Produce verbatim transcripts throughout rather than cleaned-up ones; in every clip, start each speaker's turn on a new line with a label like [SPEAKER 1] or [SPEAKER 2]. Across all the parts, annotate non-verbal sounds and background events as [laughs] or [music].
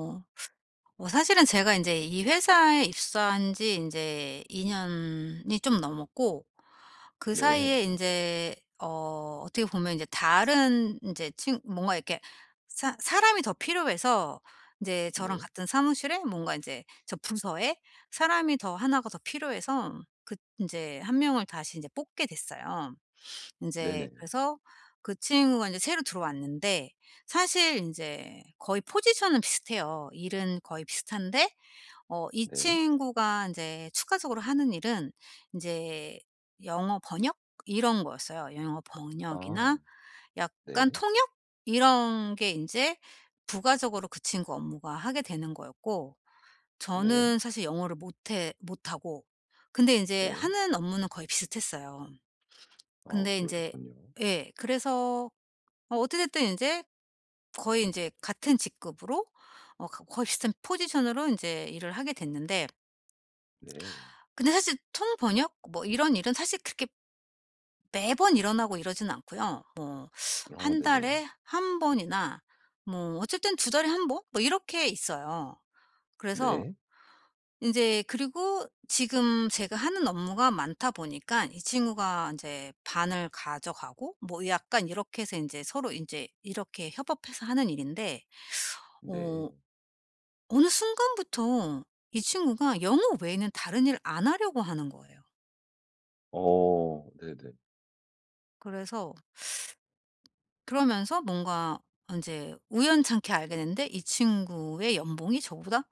[SPEAKER 1] 어. 어 사실은 제가 이제 이 회사에 입사한 지 이제 이제이 년 년이 좀 넘었고 그
[SPEAKER 2] 네.
[SPEAKER 1] 사이에 이제 어 어떻게 보면 이제 다른 이제 친 뭔가 이렇게 사 사람이 더 필요해서 이제 저랑
[SPEAKER 2] 네.
[SPEAKER 1] 같은 사무실에 뭔가 이제 저 부서에 사람이 더나가 더 필요해서 그 이제 한 명을 다시 이제 뽑게 됐어요.
[SPEAKER 2] 네
[SPEAKER 1] 인제
[SPEAKER 2] 네.
[SPEAKER 1] 그래서 그 친구가 인제 새로 들어왔는데 사실 인제 거의 포지션은 비슷해요. 일은 거의 비슷한데 어 이
[SPEAKER 2] 네.
[SPEAKER 1] 친구가 인제 추가적으로 하는 일은 인제 영어 번역 이런 거였어요. 영어 번역이나
[SPEAKER 2] 아.
[SPEAKER 1] 약간
[SPEAKER 2] 네.
[SPEAKER 1] 통역 이런 게 인제 부가적으로 그 친구 업무가 하게 되는 거였고
[SPEAKER 2] 네.
[SPEAKER 1] 저는 사실 영어를 못해 못하고, 근데 인제
[SPEAKER 2] 네.
[SPEAKER 1] 하는 업무는 거의 비슷했어요.
[SPEAKER 2] 어
[SPEAKER 1] 근데 인제
[SPEAKER 2] 그러셨군요.
[SPEAKER 1] 예. 그래서 어 어찌 됐든 인제 거의 인제 같은 직급으로 어 거 거의 비슷한 포지션으로 인제 일을 하게 됐는데,
[SPEAKER 2] 네.
[SPEAKER 1] 근데 사실 통번역 뭐 이런 일은 사실 그렇게 매번 일어나고 이러진 않고요. 뭐
[SPEAKER 2] 어
[SPEAKER 1] 한
[SPEAKER 2] 네네.
[SPEAKER 1] 달에 한 번이나 뭐 어쨌든 두 달에 한 번 뭐 이렇게 있어요. 그래서
[SPEAKER 2] 네.
[SPEAKER 1] 인제, 그리고 지금 제가 하는 업무가 많다 보니까 이 친구가 인제 반을 가져가고 뭐 약간 이렇게 해서 인제 서로 인제 이렇게 협업해서 하는 일인데, 어
[SPEAKER 2] 네.
[SPEAKER 1] 어느 순간부터 이 친구가 영어 외에는 다른 일 안 하려고 하는 거예요.
[SPEAKER 2] 어 네네.
[SPEAKER 1] 그래서 그러면서 뭔가 인제 우연찮게 알게 됐는데 이 친구의 연봉이 저보다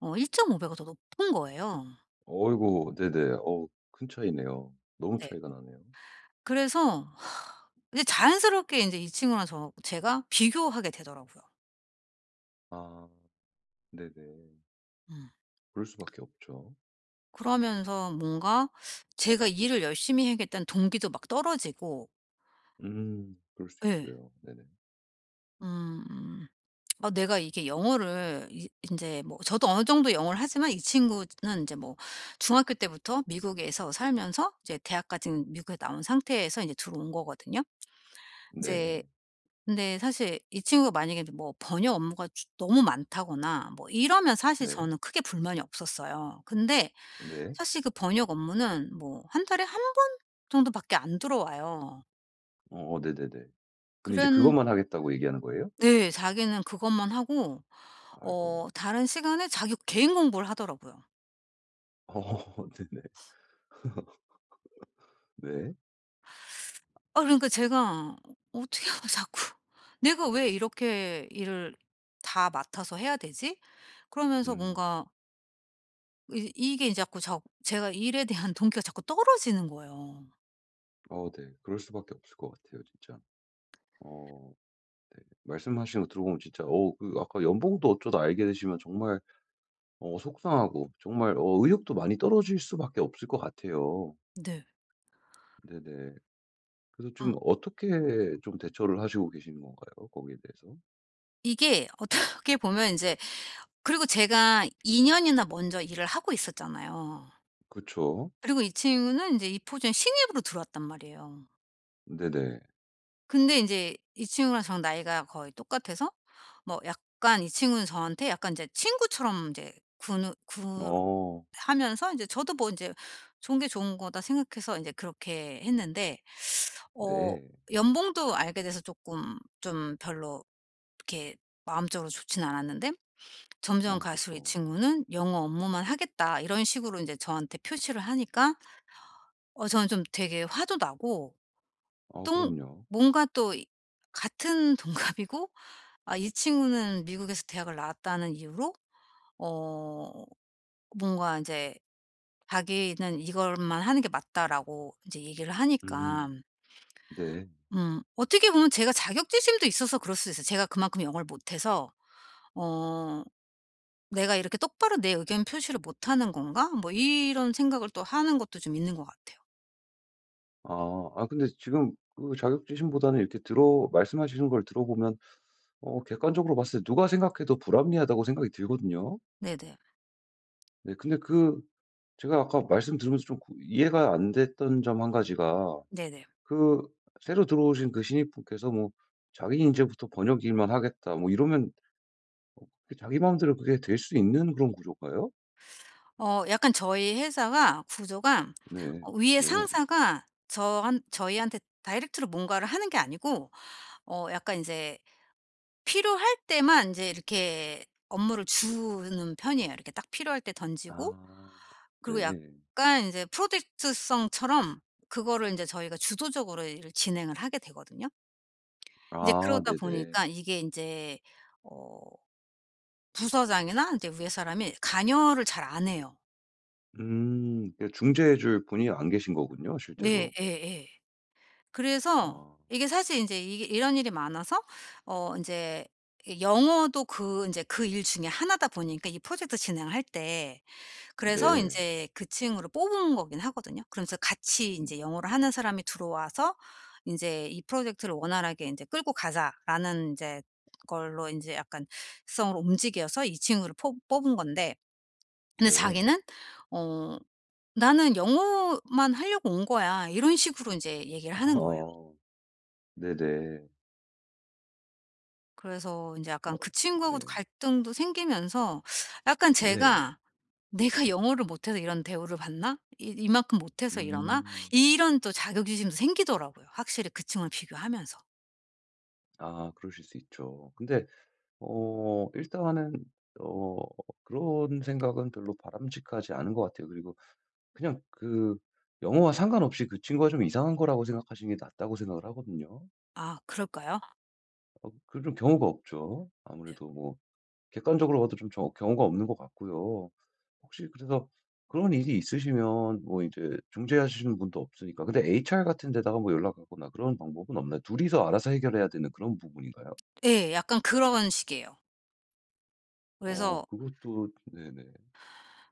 [SPEAKER 1] 어 일 점 오 배 배가 더 높은 거예요.
[SPEAKER 2] 어이구 네네. 어 큰 차이네요. 너무
[SPEAKER 1] 네.
[SPEAKER 2] 차이가 나네요.
[SPEAKER 1] 그래서 하, 이제 자연스럽게 이제 이 친구랑 저 제가 비교하게 되더라고요.
[SPEAKER 2] 아 네네.
[SPEAKER 1] 음.
[SPEAKER 2] 그럴 수밖에 없죠.
[SPEAKER 1] 그러면서 뭔가 제가 일을 열심히 해야겠다는 동기도 막 떨어지고.
[SPEAKER 2] 음 그럴 수
[SPEAKER 1] 예.
[SPEAKER 2] 있어요. 네네.
[SPEAKER 1] 음. 아, 내가 이게 영어를 이제뭐, 저도 어느 정도 영어를 하지만 이 친구는 이제 뭐 중학교 때부터 미국에서 살면서 이제 대학까지 미국에 나온 상태에서 이제 들어온 거거든요. 이제
[SPEAKER 2] 네.
[SPEAKER 1] 근데 사실 이 친구가 만약에 뭐 번역 업무가 주 너무 많다거나 뭐 이러면 사실
[SPEAKER 2] 네.
[SPEAKER 1] 저는 크게 불만이 없었어요. 근데
[SPEAKER 2] 네.
[SPEAKER 1] 사실 그 번역 업무는 뭐 한 달에 한 번 정도밖에 안 들어와요.
[SPEAKER 2] 어 네네네. 근데 이제
[SPEAKER 1] 그런
[SPEAKER 2] 그것만 하겠다고 얘기하는 거예요?
[SPEAKER 1] 네. 자기는 그것만 하고
[SPEAKER 2] 아이고.
[SPEAKER 1] 어 다른 시간에 자기 개인 공부를 하더라고요.
[SPEAKER 2] 어 [laughs] 네네. 네.
[SPEAKER 1] 아, 그러니까 제가 어떻게 하면 자꾸 [laughs] '내가 왜 이렇게 일을 다 맡아서 해야 되지?' 그러면서
[SPEAKER 2] 음.
[SPEAKER 1] 뭔가 이 이게 자꾸 자, 제가 일에 대한 [laughs] 동기가 자꾸 떨어지는 거예요.
[SPEAKER 2] 어 네. 그럴 수밖에 없을 것 같아요 진짜. 어 네. 말씀하시는 거 들어보면 진짜 어 그 아까 연봉도 어쩌다 알게 되시면 정말 어 속상하고 정말 어 의욕도 많이 떨어질 수밖에 없을 것 같아요.
[SPEAKER 1] 네.
[SPEAKER 2] 네네. 그래서
[SPEAKER 1] 음.
[SPEAKER 2] 좀 어떻게 좀 대처를 하시고 계시는 건가요? 거기에 대해서?
[SPEAKER 1] 이게 어떻게 보면 이제, 그리고 제가 이 년 년이나 먼저 일을 하고 있었잖아요.
[SPEAKER 2] 그쵸.
[SPEAKER 1] 그리고 이 친구는 이제 이 포지션에 신입으로 들어왔단 말이에요.
[SPEAKER 2] 네네.
[SPEAKER 1] 근데 이제 이 친구랑 저랑 나이가 거의 똑같아서 뭐 약간 이 친구는 저한테 약간 이제 친구처럼 이제 군 군
[SPEAKER 2] 어
[SPEAKER 1] 하면서 이제 저도 뭐 이제 '좋은 게 좋은 거다.' 생각해서 이제 그렇게 했는데, 어
[SPEAKER 2] 네.
[SPEAKER 1] 연봉도 알게 돼서 조금 좀 별로 이렇게 마음적으로 좋지는 않았는데, 점점
[SPEAKER 2] 어
[SPEAKER 1] 갈수록 이
[SPEAKER 2] 그쵸.
[SPEAKER 1] 친구는 "영어 업무만 하겠다." 이런 식으로 이제 저한테 표시를 하니까 어 저는 좀 되게 화도 나고,
[SPEAKER 2] 어
[SPEAKER 1] 또
[SPEAKER 2] 그럼요.
[SPEAKER 1] 뭔가 또 이 같은 [laughs] 동갑이고, 아, 이 친구는 미국에서 대학을 나왔다는 이유로 어 뭔가 이제 자기는 "이것만 하는 게 맞다."라고 이제 얘기를 하니까.
[SPEAKER 2] 음. 네.
[SPEAKER 1] 음. 어떻게 보면 제가 자격지심도 있어서 그럴 수도 있어요. 제가 그만큼 영어를 못해서 어 '내가 이렇게 똑바로 내 의견 표시를 못하는 건가?' 뭐 이런 생각을 또 하는 것도 좀 있는 것 같아요.
[SPEAKER 2] 아. 아 근데 지금 그 자격지심보다는 이렇게 들어 말씀하시는 걸 들어보면 어 객관적으로 봤을 때 누가 생각해도 불합리하다고 생각이 들거든요.
[SPEAKER 1] 네네.
[SPEAKER 2] 네 근데 그 제가 아까 말씀 들으면서 좀 구 이해가 안 됐던 점 한 가지가
[SPEAKER 1] 네네.
[SPEAKER 2] 그 새로 들어오신 그 신입분께서 뭐 "자기 인제부터 번역 일만 하겠다." 뭐 이러면 그 자기 마음대로 그게 될 수 있는 그런 구조가요.
[SPEAKER 1] 어 약간 저희 회사가 구조가
[SPEAKER 2] 네.
[SPEAKER 1] 어 위에
[SPEAKER 2] 네.
[SPEAKER 1] 상사가 저한 저희한테 다이렉트로 뭔가를 하는 게 아니고, 어 약간 인제 필요할 때만 인제 이렇게 업무를 주는 편이에요. 이렇게 딱 필요할 때 던지고,
[SPEAKER 2] 아.
[SPEAKER 1] 그리고 약간
[SPEAKER 2] 네.
[SPEAKER 1] 이제 프로젝트성처럼 그거를 인제 저희가 주도적으로 일을 진행을 하게 되거든요. 이제
[SPEAKER 2] 아
[SPEAKER 1] 그러다
[SPEAKER 2] 네네.
[SPEAKER 1] 보니까 이게 인제 어 부서장이나 인제 위에 사람이 관여를 잘 안 해요.
[SPEAKER 2] 음. 그 중재해 줄 분이 안 계신 거군요, 실제로.
[SPEAKER 1] 네 예예. 그래서
[SPEAKER 2] 아
[SPEAKER 1] 이게 사실 인제 이게 이런 일이 많아서 어 인제 이 영어도 그 인제 그 일 중에 하나다 보니까 이 프로젝트 진행할 때, 그래서 이
[SPEAKER 2] 네.
[SPEAKER 1] 제 그 층으로 뽑은 거긴 하거든요. 그러면서 같이
[SPEAKER 2] 음
[SPEAKER 1] 인제 영어를 하는 사람이 들어와서 인제 "이 프로젝트를 원활하게 인제 끌고 가자."라는 인제 걸로 인제 약간 구성으로 움직여서 이 층으로 포 뽑은 건데 근데
[SPEAKER 2] 네.
[SPEAKER 1] 자기는 어 "나는 영어만 하려고 온 거야." 이런 식으로 인제 얘기를 하는 거예요.
[SPEAKER 2] 어 네네.
[SPEAKER 1] 그래서 인제
[SPEAKER 2] 어
[SPEAKER 1] 약간 그 친구하고도
[SPEAKER 2] 네.
[SPEAKER 1] 갈등도 생기면서 약간
[SPEAKER 2] 네.
[SPEAKER 1] 제가 '내가 영어를 못해서 이런 대우를 받나? 이 이만큼 못해서 이러나?'
[SPEAKER 2] 음.
[SPEAKER 1] 이런 또 자격지심도 생기더라고요, 확실히 그 층을 비교하면서.
[SPEAKER 2] 아 그러실 수 있죠. 근데 어 일단은 어 그런 생각은 별로 바람직하지 않은 것 같아요. 그리고 그냥 그 영어와 상관없이 그 친구가 좀 이상한 거라고 생각하시는 게 낫다고 생각을 하거든요.
[SPEAKER 1] 아 그럴까요?
[SPEAKER 2] 어 그런 경우가 없죠.
[SPEAKER 1] 네.
[SPEAKER 2] 아무래도 뭐 객관적으로 봐도 좀 저 경우가 없는 것 같고요. 혹시 그래서 그런 일이 있으시면 뭐 이제 중재하시는 분도 없으니까 근데 에이치알 같은 데다가 뭐 연락하거나 그런 방법은 없나요? 둘이서 알아서 해결해야 되는 그런 부분인가요?
[SPEAKER 1] 예. 약간 그런 식이에요.
[SPEAKER 2] 어
[SPEAKER 1] 그래서
[SPEAKER 2] 그것도 네네.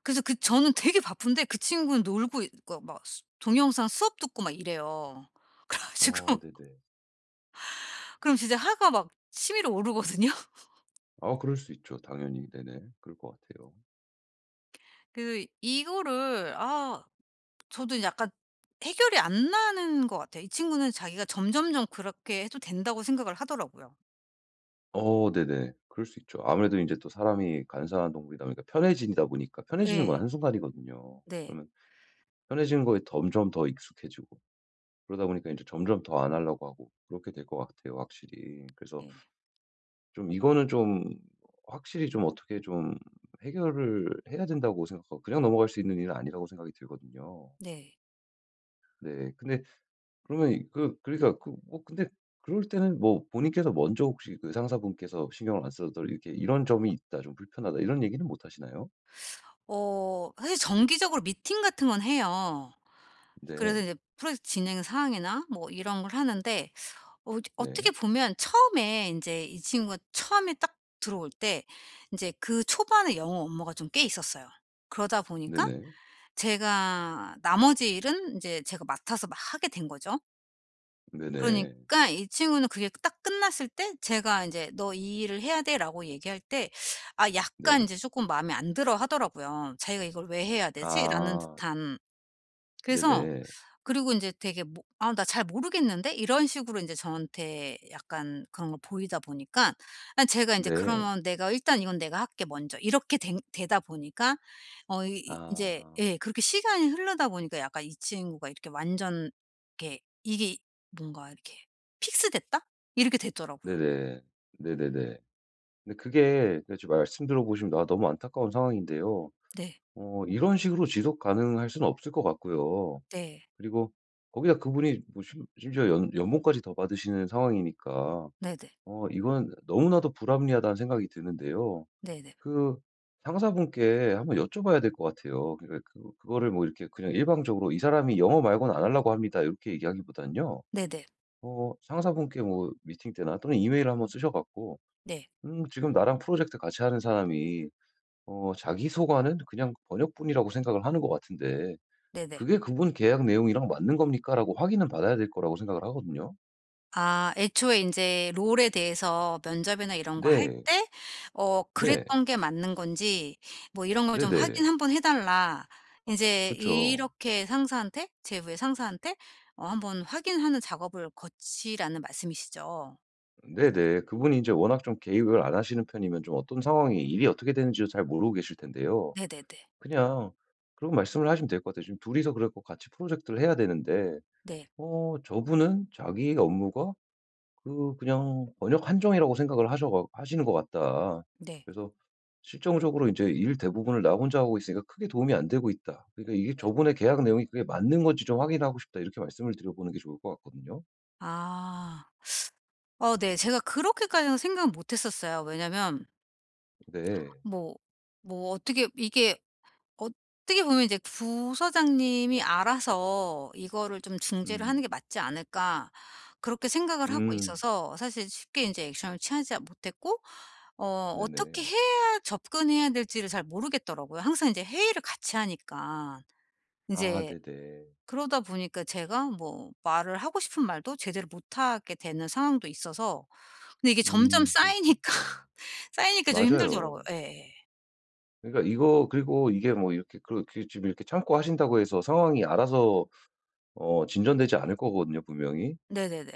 [SPEAKER 1] 그래서 그 저는 되게 바쁜데 그 친구는 놀고 있고 막 수 동영상 수업 듣고 막 이래요. [laughs] 그래
[SPEAKER 2] 아
[SPEAKER 1] 가지고
[SPEAKER 2] 네네.
[SPEAKER 1] 그럼 진짜 화가 막 치밀어 오르거든요. [laughs]
[SPEAKER 2] 아 그럴 수 있죠. 당연히. 네네. 그럴 것 같아요.
[SPEAKER 1] 그 이거를 아, 저도 약간 해결이 안 나는 것 같아요. 이 친구는 자기가 점점점 그렇게 해도 된다고 생각을 하더라고요.
[SPEAKER 2] 어 네네. 그럴 수 있죠. 아무래도 이제 또 사람이 간사한 동물이다 보니까 편해지다 보니까 편해지는
[SPEAKER 1] 예.
[SPEAKER 2] 건 한순간이거든요.
[SPEAKER 1] 네.
[SPEAKER 2] 그러면 편해지는 거에 점점 더 익숙해지고 그러다 보니까 이제 점점 더 안 하려고 하고 그렇게 될 것 같아요 확실히. 그래서
[SPEAKER 1] 예.
[SPEAKER 2] 좀 이거는 좀 확실히 좀 어떻게 좀 해결을 해야 된다고 생각하고 그냥 넘어갈 수 있는 일은 아니라고 생각이 들거든요.
[SPEAKER 1] 네.
[SPEAKER 2] 네. 근데 그러면 이 그 그러니까 그 뭐 근데 그럴 때는 뭐 본인께서 먼저 혹시 그 상사분께서 "신경을 안 써도 이렇게 이런 점이 있다. 좀 불편하다." 이런 얘기는 못 하시나요?
[SPEAKER 1] 어 사실 정기적으로 미팅 같은 건 해요. 그래서
[SPEAKER 2] 네.
[SPEAKER 1] 이제 프로젝트 진행 사항이나 뭐 이런 걸 하는데, 어 이제
[SPEAKER 2] 네.
[SPEAKER 1] 어떻게 보면 처음에 인제 이 친구가 처음에 딱 들어올 때 인제 그 초반에 영어 업무가 좀 꽤 있었어요. 그러다 보니까
[SPEAKER 2] 네네.
[SPEAKER 1] 제가 나머지 일은 인제 제가 맡아서 막 하게 된 거죠.
[SPEAKER 2] 네네.
[SPEAKER 1] 그러니까 이 친구는 그게 딱 끝났을 때 제가 인제 "너 이 일을 해야 돼."라고 얘기할 때 아 약간
[SPEAKER 2] 네.
[SPEAKER 1] 인제 쪼끔 마음에 안 들어 하더라고요. '자기가 이걸 왜 해야 되지?'라는
[SPEAKER 2] 아.
[SPEAKER 1] 듯한. 그래서
[SPEAKER 2] 네네.
[SPEAKER 1] 그리고 인제 되게 뭐 "아 나 잘 모르겠는데?" 이런 식으로 인제 저한테 약간 그런 걸 보이다 보니까 아 제가 인제
[SPEAKER 2] 네.
[SPEAKER 1] 그러면 "내가 일단 이건 내가 할게 먼저." 이렇게 된 되다 보니까 어 이이제
[SPEAKER 2] 아.
[SPEAKER 1] 예 그렇게 시간이 흐르다 보니까 약간 이 친구가 이렇게 완전 이렇게 이게 뭔가 이렇게 '픽스됐다?' 이렇게 됐더라고요.
[SPEAKER 2] 네네. 네네네. 근데 그게 그데 지금 말씀 들어보시면 아 너무 안타까운 상황인데요.
[SPEAKER 1] 네.
[SPEAKER 2] 어 이런 식으로 지속 가능할 수는 없을 것 같고요.
[SPEAKER 1] 네.
[SPEAKER 2] 그리고 거기다 그분이 뭐 심 심지어 연 연봉까지 더 받으시는 상황이니까
[SPEAKER 1] 네네.
[SPEAKER 2] 어 이건 너무나도 불합리하다는 생각이 드는데요.
[SPEAKER 1] 네네.
[SPEAKER 2] 그 상사분께 한번 여쭤봐야 될 것 같아요. 그러니까 그 그거를 뭐 이렇게 그냥 일방적으로 "이 사람이 영어 말고는 안 하려고 합니다." 이렇게 얘기하기보단요
[SPEAKER 1] 네네.
[SPEAKER 2] 어 상사분께 뭐 미팅 때나 또는 이메일을 한번 쓰셔 갖고
[SPEAKER 1] 네.
[SPEAKER 2] 음 지금 나랑 프로젝트 같이 하는 사람이 어 자기소관은 그냥 번역뿐이라고 생각을 하는 것 같은데
[SPEAKER 1] 네네.
[SPEAKER 2] "그게 그분 계약 내용이랑 맞는 겁니까?"라고 확인은 받아야 될 거라고 생각을 하거든요.
[SPEAKER 1] 아, 애초에 인제 롤에 대해서 면접이나 이런 거 할
[SPEAKER 2] 네.
[SPEAKER 1] 때 어
[SPEAKER 2] 네.
[SPEAKER 1] 그랬던 게 맞는 건지 뭐 "이런 걸 좀
[SPEAKER 2] 네네.
[SPEAKER 1] 확인 한번 해 달라." 인제
[SPEAKER 2] 그쵸.
[SPEAKER 1] 이렇게 상사한테 제후의 상사한테 어 한번 확인하는 작업을 거치라는 말씀이시죠?
[SPEAKER 2] 네네. 그분이 이제 워낙 좀 개입을 안 하시는 편이면 좀 어떤 상황이 일이 어떻게 되는지도 잘 모르고 계실 텐데요.
[SPEAKER 1] 네네네.
[SPEAKER 2] 그냥 그런 말씀을 하시면 될 것 같아요. 지금 둘 이서 그랬고 같이 프로젝트를 해야 되는데
[SPEAKER 1] 네.
[SPEAKER 2] 어 저분은 자기 업무가 그 그냥 번역 한정이라고 생각을 하셔 가 하시는 것 같다.
[SPEAKER 1] 네.
[SPEAKER 2] 그래서 실정적으로 인제 일 대부분을 나 혼자 하고 있으니까 크게 도움이 안 되고 있다. 그러니까 이게
[SPEAKER 1] 네.
[SPEAKER 2] 저분의 계약 내용이 그게 맞는 건지 좀 확인하고 싶다. 이렇게 말씀을 드려보는 게 좋을 것 같거든요.
[SPEAKER 1] 아. 어 네. 제가 그렇게까지는 생각을 못 했었어요. 왜냐면
[SPEAKER 2] 네.
[SPEAKER 1] 뭐 뭐 어떻게 이게 어떻게 보면 이제 부서장님이 알아서 '이거를 좀 중재를
[SPEAKER 2] 음.
[SPEAKER 1] 하는 게 맞지 않을까.' 그렇게 생각을 하고
[SPEAKER 2] 음.
[SPEAKER 1] 있어서 사실 쉽게 이제 액션을 취하지 못했고 어 어떻게
[SPEAKER 2] 네네.
[SPEAKER 1] 해야 접근해야 될지를 잘 모르겠더라고요. 항상 이제 회의를 같이 하니까. 이
[SPEAKER 2] 아
[SPEAKER 1] 제
[SPEAKER 2] 네네.
[SPEAKER 1] 그러다 보니까 제가 뭐 말을 하고 싶은 말도 제대로 못하게 되는 상황도 있어서, 근데 이게 점점
[SPEAKER 2] 음 그럴 수
[SPEAKER 1] 쌓이니까
[SPEAKER 2] 있죠.
[SPEAKER 1] [laughs] 쌓이니까 좀 힘들더라고요.
[SPEAKER 2] 맞아요.
[SPEAKER 1] 예예.
[SPEAKER 2] 그러니까 이거 그리고 이게 뭐 이렇게 그렇게 지금 이렇게 참고 하신다고 해서 상황이 알아서 어 진전되지 않을 거거든요 분명히.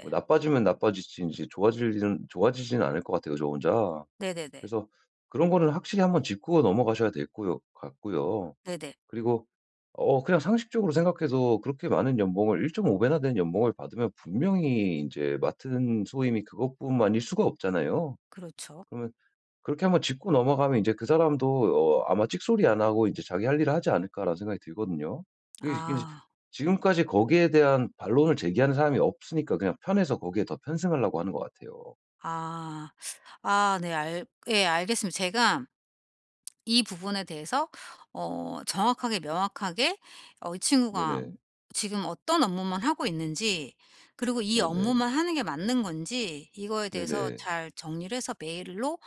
[SPEAKER 2] 뭐 나빠지면 나빠지지 제 좋아지는 좋아지지는 않을 것 같아요 저 혼자.
[SPEAKER 1] 네네네.
[SPEAKER 2] 그래서 그런 거는 확실히 한번 짚고 넘어가셔야 될 거요 같고요.
[SPEAKER 1] 네네.
[SPEAKER 2] 그리고 어 그냥 상식적으로 생각해도 그렇게 많은 연봉을 일 점 오 배나 되는 연봉을 받으면 분명히 인제 맡은 소임이 그것뿐만일 수가 없잖아요.
[SPEAKER 1] 그렇죠.
[SPEAKER 2] 그러면 그렇게 한번 짚고 넘어가면 이제 그 사람도 어 아마 찍소리 안 하고 이제 '자기 할 일을 하지 않을까.'라는 생각이 들거든요. 그게 인제
[SPEAKER 1] 아.
[SPEAKER 2] 지금까지 거기에 대한 반론을 제기하는 사람이 없으니까 그냥 편해서 거기에 더 편승하려고 하는 것 같아요.
[SPEAKER 1] 아. 아 네 알 예 알겠습니다. 제가 이 부분에 대해서 어 정확하게 명확하게 어 이 친구가
[SPEAKER 2] 네네.
[SPEAKER 1] 지금 어떤 업무만 하고 있는지, 그리고 이
[SPEAKER 2] 네네.
[SPEAKER 1] 업무만 하는 게 맞는 건지, 이거에 대해서
[SPEAKER 2] 네네.
[SPEAKER 1] 잘 정리를 해서 메일로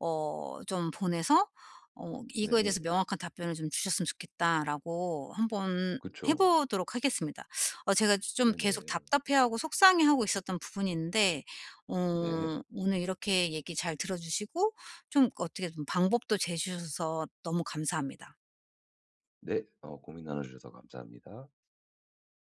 [SPEAKER 1] 어 좀 보내서 어 "이거에
[SPEAKER 2] 네.
[SPEAKER 1] 대해서 명확한 답변을 좀 주셨으면 좋겠다."라고 한번 해
[SPEAKER 2] 그쵸.
[SPEAKER 1] 보도록 하겠습니다. 어 제가 좀 계속
[SPEAKER 2] 네네.
[SPEAKER 1] 답답해하고 속상해하고 있었던 부분인데
[SPEAKER 2] 네.
[SPEAKER 1] 어 오늘 이렇게 얘기 잘 들어 주시고 좀 어떻게 좀 방법도 제시해 주셔서 너무 감사합니다.
[SPEAKER 2] 네. 어 고민 나눠 주셔서 감사합니다.